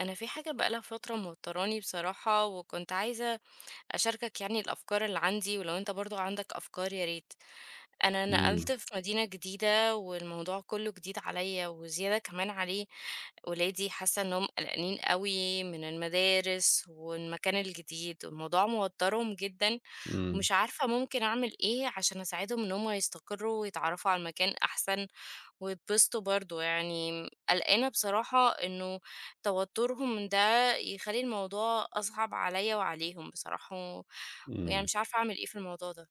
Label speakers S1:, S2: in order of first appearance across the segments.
S1: انا في حاجة بقالها فترة موتراني بصراحة، وكنت عايزة اشاركك يعني الافكار اللي عندي، ولو انت برضو عندك افكار يا ريت. انا نقلت
S2: إمم.
S1: في مدينة جديدة والموضوع كله جديد عليا وزيادة كمان عليه. ولادي حاسة انهم قلقانين قوي من المدارس والمكان الجديد والموضوع موترهم جدا،
S2: إمم.
S1: ومش عارفة ممكن اعمل ايه عشان اساعدهم ان هم يستقروا ويتعرفوا على المكان احسن ويتبسطوا برضه، يعني قلقانة بصراحة إنه توتُّرهم ده يخلّي الموضوع أصعب عليّا وعليهم بصراحة، ويعني
S2: إمم.
S1: مش عارفة أعمل إيه في الموضوع ده.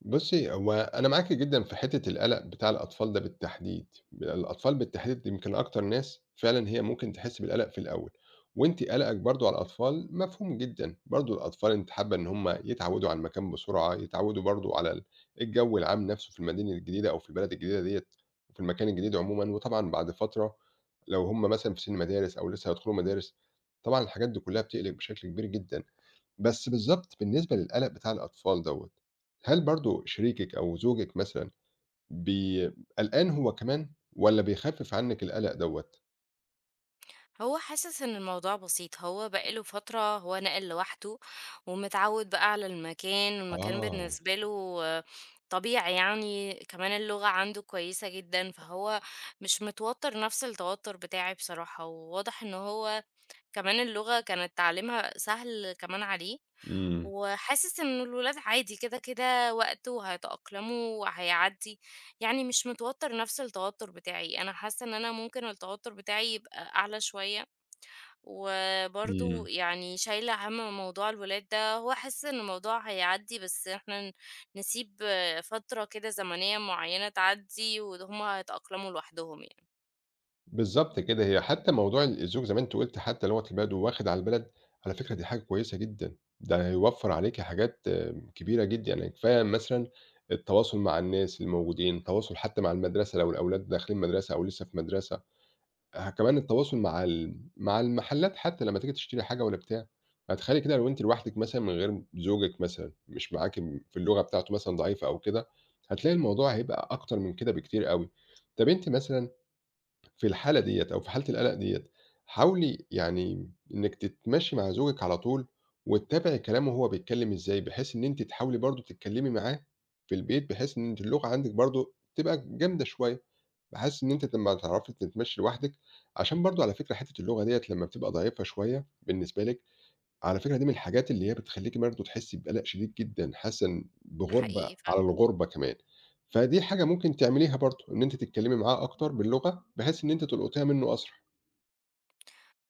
S2: بُصّي، هو أنا معاكِ جدًا في حتّة القلق بتاع الأطفال ده بالتحديد، الأطفال بالتحديد يمكن أكتر ناس فعلًا هي ممكن تحس بالقلق في الأول، وأنتِ قلقِك برضه على الأطفال مفهوم جدًا، برضه الأطفال أنتِ حابة إن هُم يتعوّدوا على المكان بسرعة، يتعوّدوا برضه على الجو العام نَفْسه في المدينة الجديدة أو في البلد الجديدة ديّة وفي المكان الجديد عمومًا، وطبعًا بعد فترة لو هُم مثلًا في سِن مدارس أو لسه هيدخلوا مدارس، طبعًا الحاجات دي كُلّها بتقلق بشكل كبير جدًا. بس بالضبط بالنسبة للقَلَق بتاع الأطفال دوّة، هل برضه شريكِك أو زوجِك مثلًا بي قلقان هو كمان والّا بيخفِّف عنِّك القَلَق دوّة؟
S1: هو حاسس إن الموضوع بسيط، هو بقى له فترة هو ناقل لوحده ومتعوّد بقى على المكان، والمكان
S2: آه.
S1: بالنسبة له آه، طبيعي يعني، كمان اللغة عنده كويسة جدًا، فهو مش متوتّر نفس التوتُّر بتاعي بصراحة، وواضح إن هو كمان اللغة كانت تعليمها سهل كمان عليه،
S2: إمم.
S1: وحاسس إن الولاد عادي، كده، كده وقت وهيتأقلموا وهيعدّي، يعني مش متوتّر نفس التوتّر بتاعي، أنا حاسة إن أنا ممكن التوتّر بتاعي يبقى أعلى شوية، وبرضه
S2: إمم.
S1: يعني شايلة هَم موضوع الولاد ده، وحاسة إن الموضوع هيعدّي بس إحنا نسيب فترة كده زمنية معيّنة تعدّي وهُم هيتأقلموا لوحدهم يعني،
S2: بالضبط كده، هي حتى موضوع الزوج زي ما أنتِ قُلتِ حتى اللي هو اللي بياخد واخد على البلد، على فكرة دي حاجة كويسة جدًا، ده هيوفّر عليكِ حاجات كبيرة جدًا، يعني كفاية مثلًا التواصل مع الناس اللي موجودين، التواصل حتى مع المدرسة لو الأولاد داخلين مدرسة أو لسه في مدرسة. كمان التواصل مع ال مع المحلات حتى لمّا تيجي تشتري حاجة والّا بتاع، هتخيّلي كده لو أنتِ لوحدِك مثلًا من غير زوجِك مثلًا، مش معاكِ في اللغة بتاعته مثلًا ضعيفة أو كده، هتلاقي الموضوع هيبقى أكتر من كده بكتير أوي. طَب أنتِ مثلًا في الحالة ديّة أو في حالة القلق ديّة، حاولي يعني إنِّك تتماشي مع زوجِك على طول وتتابعي كلامه وهو بيتكلّم إزاي، بحيث إن أنتِ تحاولي برضه تتكلّمي معاه في البيت، بحيث إن أنتِ اللغة عندِك برضه تبقى جامدة شوية. باحس إن أنتِ لمّا تعرفي تتمشّي لوحدِك عشان برضه على فكرة حتّة اللغة ديّة لمّا بتبقى ضعيفة شوية بالنسبة لِك، على فكرة دي من الحاجات اللي هي بتخلّيكِ برضه تحسّي بقَلَق شديد جدًا، حاسّة إن بغُربة
S1: حقيقي
S2: على
S1: فعلًا.
S2: الغُربة كمان، فدي حاجة ممكن تعمليها برضه، إن أنتِ تتكلّمي معاه أكتر باللغة بحيث إن أنتِ تلقطيها منّه أسرع.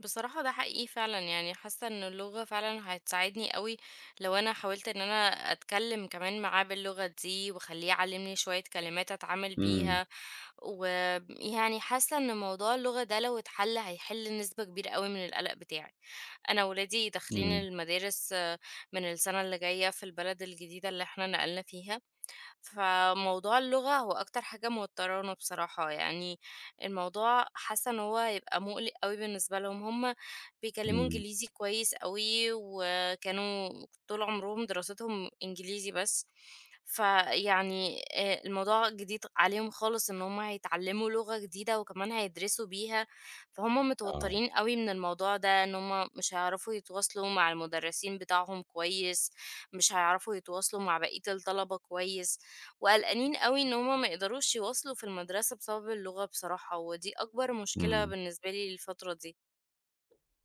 S1: بصراحة ده حقيقي فعلًا، يعني حاسة إن اللغة فعلًا هتساعدني أوي لو أنا حاولت إن أنا أتكلم كمان معاه باللغة دي، واخليه يعلمني شوية كلمات أتعامل
S2: إمم.
S1: بيها، ويعني حاسة إن موضوع اللغة ده لو اتحل هيحل نسبة كبيرة أوي من القلق بتاعي. أنا ولادي داخلين
S2: إمم.
S1: المدارس من السنة اللي جاية في البلد الجديدة اللي إحنا نقلنا فيها. فموضوع اللغة هو أكتر حاجة موترانه بصراحة، يعني الموضوع حاسة إن هو هيبقى مقلق أوي بالنسبة لهم. هما بيتكلموا
S2: إمم.
S1: إنجليزي كويس أوي، وكانوا طول عمرهم دراستهم إنجليزي بس، فيعني الموضوع جديد عليهم خالص إن هما هيتعلموا لغة جديدة وكمان هيدرسوا بيها، فهم
S2: آه.
S1: متوترين قوي من الموضوع ده إن هما مش هيعرفوا يتواصلوا مع المدرسين بتاعهم كويس، مش هيعرفوا يتواصلوا مع بقية الطلبة كويس، وقلقانين أوي إن هُم ما يقدروش يواصلوا في المدرسة بسبب اللغة بصراحة، ودي أكبر مشكلة
S2: إمم.
S1: بالنسبة لي الفترة دي.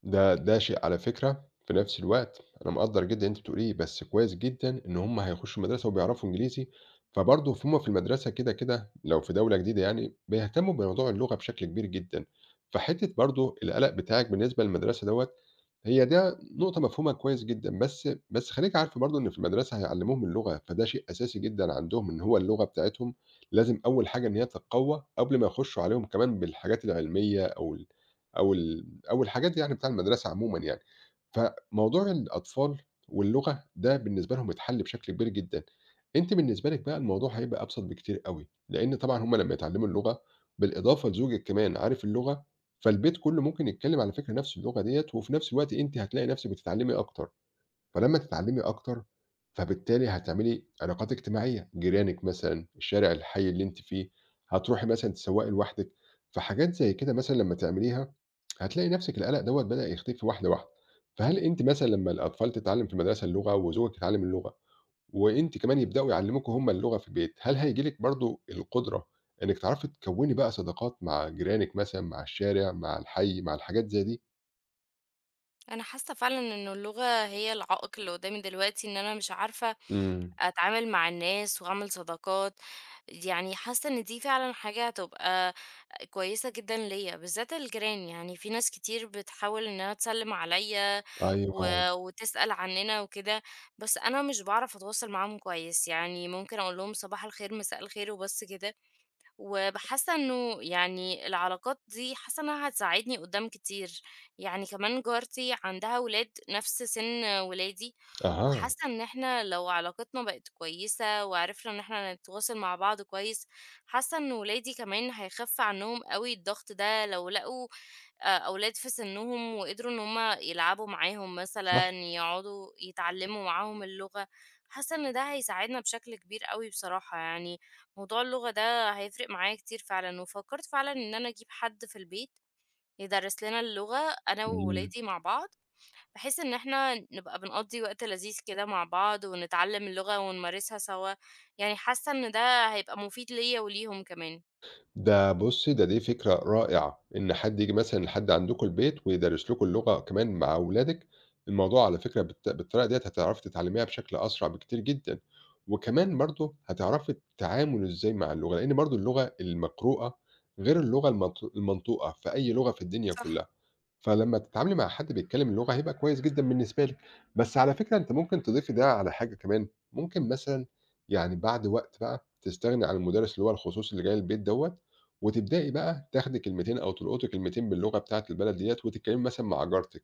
S2: ده شيء على فكرة في نفس الوقت أنا مقدّر جدًا اللي أنتِ بتقوليه، بس كويس جدًا إن هُم هيخشّوا مدرسة وبيعرفوا إنجليزي، فبرضه هُم في المدرسة كده، كده لو في دولة جديدة يعني بيهتموا بموضوع اللغة بشكل كبير جدًا، فحتّة برضه القلق بتاعِك بالنسبة للمدرسة دوّة، هي ده نقطة مفهومة كويس جدًا، بس خليكِ عارفة برضه إن في المدرسة هيعلّموهم اللغة، فده شيء أساسي جدًا عندهم، إن هو اللغة بتاعتهم لازم أول حاجة إن هي تتقوّى قبل ما يخشّوا عليهم كمان بالحاجات العلمية أو ال أو الحاجات دي يعني بتاع المدرسة عمومًا يعني. فموضوع الأطفال واللغة ده بالنسبة لهم اتحل بشكل كبير جدًا. أنتِ بالنسبة لِك بقى الموضوع هيبقى أبسط بكتير أوي، لإن طبعًا هم لمّا يتعلموا اللغة بالإضافة لزوجِك كمان عارف اللغة، فالبيت كله ممكن يتكلم على فكرة نفس اللغة ديّة، وفي نفس الوقت أنتِ هتلاقي نفسِك بتتعلمي أكتر. فلمّا تتعلّمي أكتر، فبالتالي هتعملي علاقات اجتماعية، جيرانِك مثلًا، الشارع، الحي اللي أنتِ فيه، هتروحي مثلًا تسوّقي لوحدِك، فحاجات زي كده مثلًا لمّا تعمليها، هتلاقي نَفْسِك القلق دوّة بدأ يختفي واحدة، واحدة. فهل أنتِ مثلًا لمّا الأطفال تتعلّم في المدرسة اللغة وزوجِك يتعلّم اللغة وأنتِ كمان يبدؤوا يعلّموكوا هم اللغة في البيت، هل هييجي لِك برضه القدرة إنِّك تعرفي تكوّني بقى صداقات مع جيرانِك مثلًا، مع الشارع، مع الحي، مع الحاجات زي دي؟
S1: أنا حاسة فعلًا إن اللغة هي العائق اللي قدامي دلوقتي، إن أنا مش عارفة
S2: إمم.
S1: أتعامل مع الناس وأعمل صداقات، يعني حاسة إن دي فعلًا حاجة هتبقى كويسة جدًا ليّا، بالذات الجيران. يعني في ناس كتير بتحاول إنها تسلِّم عليّا
S2: أيوه.
S1: و وتسأل عننا وكده، بس أنا مش باعرف أتواصل معاهم كويس، يعني ممكن أقول لهم صباح الخير، مساء الخير وبس كده. وباحاسة إنه يعني العلاقات دي حاسة إنها هتساعدني قدّام كتير، يعني كمان جارتي عندها ولاد نفس سِن ولادي،
S2: أها.
S1: وحاسة إن إحنا لو علاقتنا بقت كويسة وعرفنا إن إحنا نتواصل مع بعض كويس، حاسة إن ولادي كمان هيخف عنّهم أوي الضغط ده لو لقوا أولاد في سنّهم وقدروا إن هُم يلعبوا معاهم مثلًا،
S2: صح.
S1: يقعدوا يتعلّموا معاهم اللغة، حاسّة إن ده هيساعدنا بشكل كبير أوي بصراحة يعني، موضوع اللغة ده هيفرق معايا كتير فعلًا، وفكّرت فعلًا إن أنا أجيب حد في البيت يدرّس لنا اللغة أنا
S2: إمم.
S1: وولادي مع بعض، بحيث إن إحنا نبقى بنقضّي وقت لذيذ كده مع بعض، ونتعلّم اللغة ونمارسها سوا، يعني حاسّة إن ده هيبقى مفيد ليّا وليهم كمان.
S2: بُصّي، دي فكرة رائعة، إن حد ييجي مثلًا لحد عندكم البيت ويدرّس لكم اللغة كمان مع أولادِك، الموضوع على فكرة بالطريقة ديّة هتعرفي تتعلميها بشكل أسرع بكتير جدًا، وكمان برضه هتعرفي التعامل إزاي مع اللغة، لإن برضه اللغة المقروءة غير اللغة المنطوقة في أي لغة في الدنيا
S1: صح.
S2: كلها. فلمّا تتعاملي مع حد بيتكلم اللغة هيبقى كويس جدًا بالنسبة لِك، بس على فكرة أنتِ ممكن تضيفي ده على حاجة كمان، ممكن مثلًا يعني بعد وقت بقى تستغني عن المدرس اللي هو الخصوصي اللي جاي البيت دوّة، وتبدئي بقى تاخدي كلمتين أو تلقطي كلمتين باللغة بتاعة البلد ديّة وتتكلمي مثلًا مع جارتِك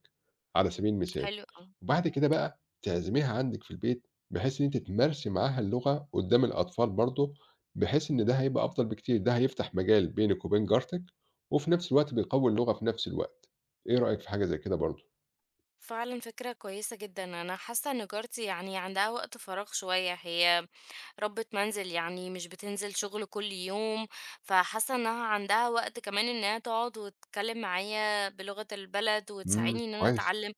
S2: على سبيل المثال.
S1: حلو أوي.
S2: وبعد كده بقى تعزميها عندِك في البيت، بحيث إن أنتِ تمارسي معاها اللغة قدّام الأطفال برضه، بحيث إن ده هيبقى أفضل بكتير، ده هيفتح مجال بينِك وبين جارتِك، وفي نفس الوقت بيقوي اللغة في نفس الوقت، إيه رأيِك في حاجة زي كده برضه؟
S1: فعلًا فكرة كويسة جدًا، أنا حاسة إن جارتي يعني عندها وقت فراغ شوية، هي ربة منزل يعني مش بتنزل شغل كل يوم، فحاسة إنها عندها وقت كمان إنها تقعد وتتكلم معايا بلغة البلد
S2: إمم.
S1: وتساعدني إن أنا
S2: كويس.
S1: أتعلم،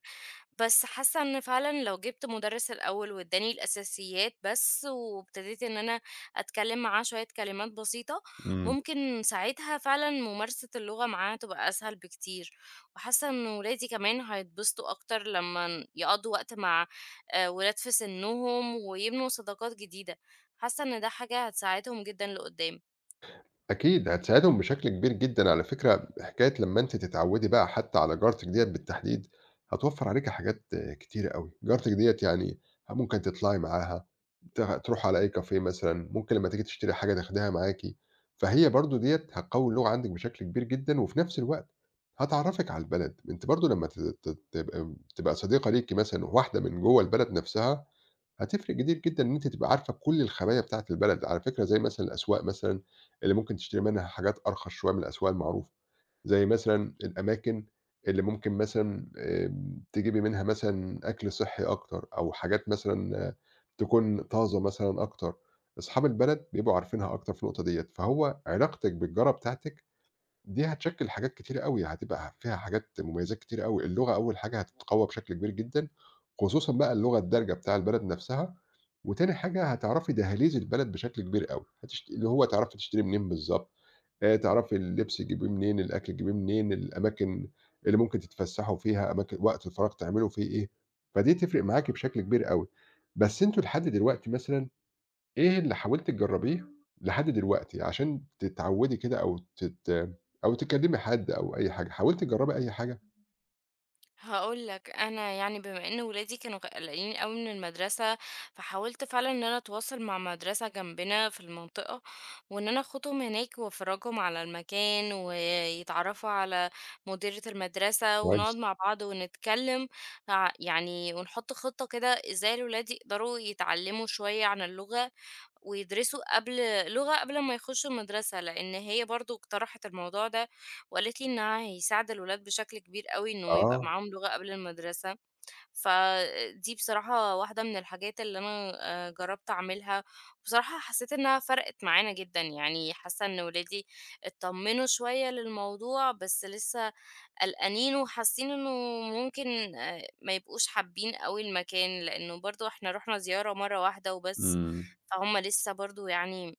S1: بس حاسة إن فعلًا لو جبت مدرس الأول واداني الأساسيات بس، وابتديت إن أنا أتكلم معاه شوية كلمات بسيطة،
S2: إمم.
S1: ممكن ساعتها فعلًا ممارسة اللغة معاه تبقى أسهل بكتير. وحاسة إن ولادي كمان هيتبسطوا أكتر لما يقضوا وقت مع ولاد في سنهم ويبنوا صداقات جديدة. حاسة إن ده حاجة هتساعدهم جدا لقدام.
S2: أكيد هتساعدهم بشكل كبير جدًا على فكرة حكاية لمّا أنتِ تتعودي بقى حتى على جارتِك ديّة بالتحديد، هتوفّر عليكِ حاجات كتيرة أوي، جارتِك ديّة يعني ممكن تطلعي معاها، تروحوا على أي كافيه مثلًا، ممكن لمّا تيجي تشتري حاجة تاخديها معاكِ، فهي برضه ديّة هتقوّي اللغة عندِك بشكل كبير جدًا، وفي نفس الوقت هتعرّفِك على البلد، أنتِ برضه لمّا ت ت تبقى تبقى صديقة ليكِ مثلًا واحدة من جوّه البلد نفسها هتفرق كتير جدًا إن أنتِ تبقى عارفة كل الخبايا بتاعة البلد، على فكرة زي مثلًا الأسواق مثلًا اللي ممكن تشتري منها حاجات أرخص شوية من الأسواق المعروفة، زي مثلًا الأماكن اللي ممكن مثلًا تجيبي منها مثلًا أكل صحّي أكتر أو حاجات مثلًا تكون طازة مثلًا أكتر، أصحاب البلد بيبقوا عارفينها أكتر في النقطة ديّة، فهو علاقتِك بالجارة بتاعتِك دي هتشكِّل حاجات كتيرة أوي، هتبقى فيها حاجات مميزات كتيرة أوي، اللغة أول حاجة هتتقوّى بشكل كبير جدًا، خصوصًا بقى اللغة الدارجة بتاع البلد نفسها، وتاني حاجة هتعرفي دهاليز البلد بشكل كبير أوي، اللي هو تعرفي تشتري منين بالضبط، تعرفي اللبس تجيبيه منين، الأكل تجيبيه منين، الأماكن اللي ممكن تتفسّحوا فيها، أماكن وقت الفراغ تعملوا فيه إيه، فدي تفرق معاكِ بشكل كبير أوي. بس أنتم لحد دلوقتي مثلًا إيه اللي حاولتِ تجرّبيه لحد دلوقتي عشان تتعوّدي كده أو أو تكلّمي حد أو أي حاجة، حاولتِ تجرّبي أي حاجة؟
S1: هاقول لك، أنا يعني بما إن ولادي كانوا قلقانين أوي من المدرسة، فحاولت فعلًا إن أنا أتواصل مع مدرسة جنبنا في المنطقة، وإن أنا آخدهم هناك وأفرجهم على المكان، ويتعرفوا على مديرة المدرسة، ونقعد
S2: كويس.
S1: مع بعض ونتكلم، ع، يعني ونحط خطة كده إزاي الولاد يقدروا يتعلموا شوية عن اللغة، ويدرسوا لغة قبل ما يخشوا المدرسة، لإن هي برضه اقترحت الموضوع ده، وقالت لي إنها هيساعد الولاد بشكل كبير أوي إنه يبقى
S2: آه.
S1: معاهم لغة قبل المدرسة، فدي بصراحة واحدة من الحاجات اللي أنا جرّبت أعملها، بصراحة حسّيت إنها فرقت معانا جدًا، يعني حاسة إن ولادي اتطمنوا شوية للموضوع، بس لسه قلقانين وحاسين إنه ممكن ما يبقوش حابين أوي المكان، لإنه برضه إحنا رُحنا زيارة مرّة واحدة وبس،
S2: إمم.
S1: فهُم لسه برضه يعني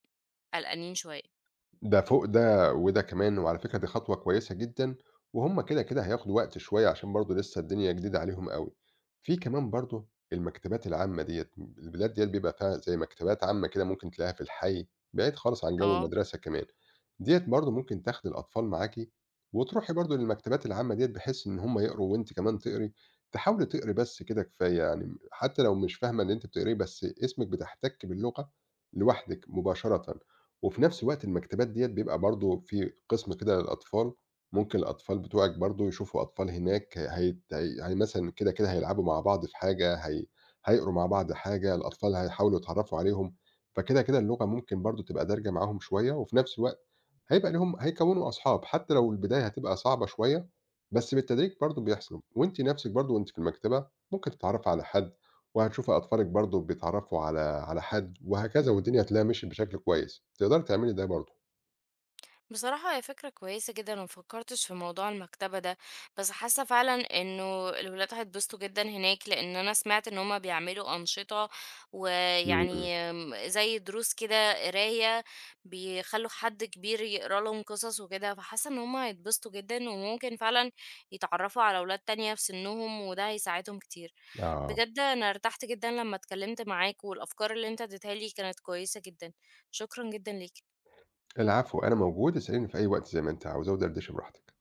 S1: قلقانين شوية.
S2: ده فوق ده وده كمان وعلى فكرة دي خطوة كويسة جدًا، وهُم كده، كده هياخدوا وقت شوية عشان برضه لسه الدنيا جديدة عليهم أوي. في كمان برضه المكتبات العامة ديّة، البلاد ديّة بيبقى فيها زي مكتبات عامة كده ممكن تلاقيها في الحي، بعيد خالص عن جو
S1: آه.
S2: المدرسة كمان. ديّة برضه ممكن تاخدي الأطفال معاكِ وتروحي برضه للمكتبات العامة ديّة بحيث إن هُم يقروا وأنتِ كمان تقري، تحاولي تقري بس كده كفاية يعني، حتى لو مش فاهمة اللي أنتِ بتقريه بس اسمِك بتحتكي باللغة لوحدِك مباشرةً. وفي نفس الوقت المكتبات ديّة بيبقى برضه في قسم كده للأطفال، ممكن الأطفال بتوعِك برضه يشوفوا أطفال هناك هيت هي هي يعني مثلًا كده، كده هيلعبوا مع بعض في حاجة، هي هيقروا مع بعض حاجة، الأطفال هيحاولوا يتعرّفوا عليهم، فكده، كده اللغة ممكن برضه تبقى دارجة معاهم شوية، وفي نفس الوقت هيبقى ليهم هيكوّنوا أصحاب، حتى لو البداية هتبقى صعبة شوية، بس بالتدريج برضه بيحصل، وأنتِ نَفْسِك برضه وأنتِ في المكتبة ممكن تتعرّفي على حد، وهتشوفي أطفالِك برضه بيتعرّفوا على حد وهكذا، والدنيا هتلاقيها مشيت بشكل كويس، تقدري تعملي ده برضه.
S1: بصراحة هي فكرة كويسة جدا، ومفكرتش في موضوع المكتبة ده، بس حاسة فعلا انه الولاد هيتبسطوا جدا هناك، لان انا سمعت ان هما بيعملوا انشطة
S2: إمم.
S1: ويعني زي دروس كده قراية، بيخلوا حد كبير يقرا لهم قصص وكده، فحاسة ان هما هيتبسطوا جدا وممكن فعلا يتعرفوا على اولاد تانية في سنهم، وده هيساعدهم كتير
S2: آه.
S1: بجد. انا ارتحت جدا لما اتكلمت معاك، والافكار اللي انت اديتها لي كانت كويسة جدا. شكرا جدا ليك.
S2: العفو، أنا موجود، اسأليني في أي وقت زي ما أنتِ عاوزة، ودردشي براحتِك.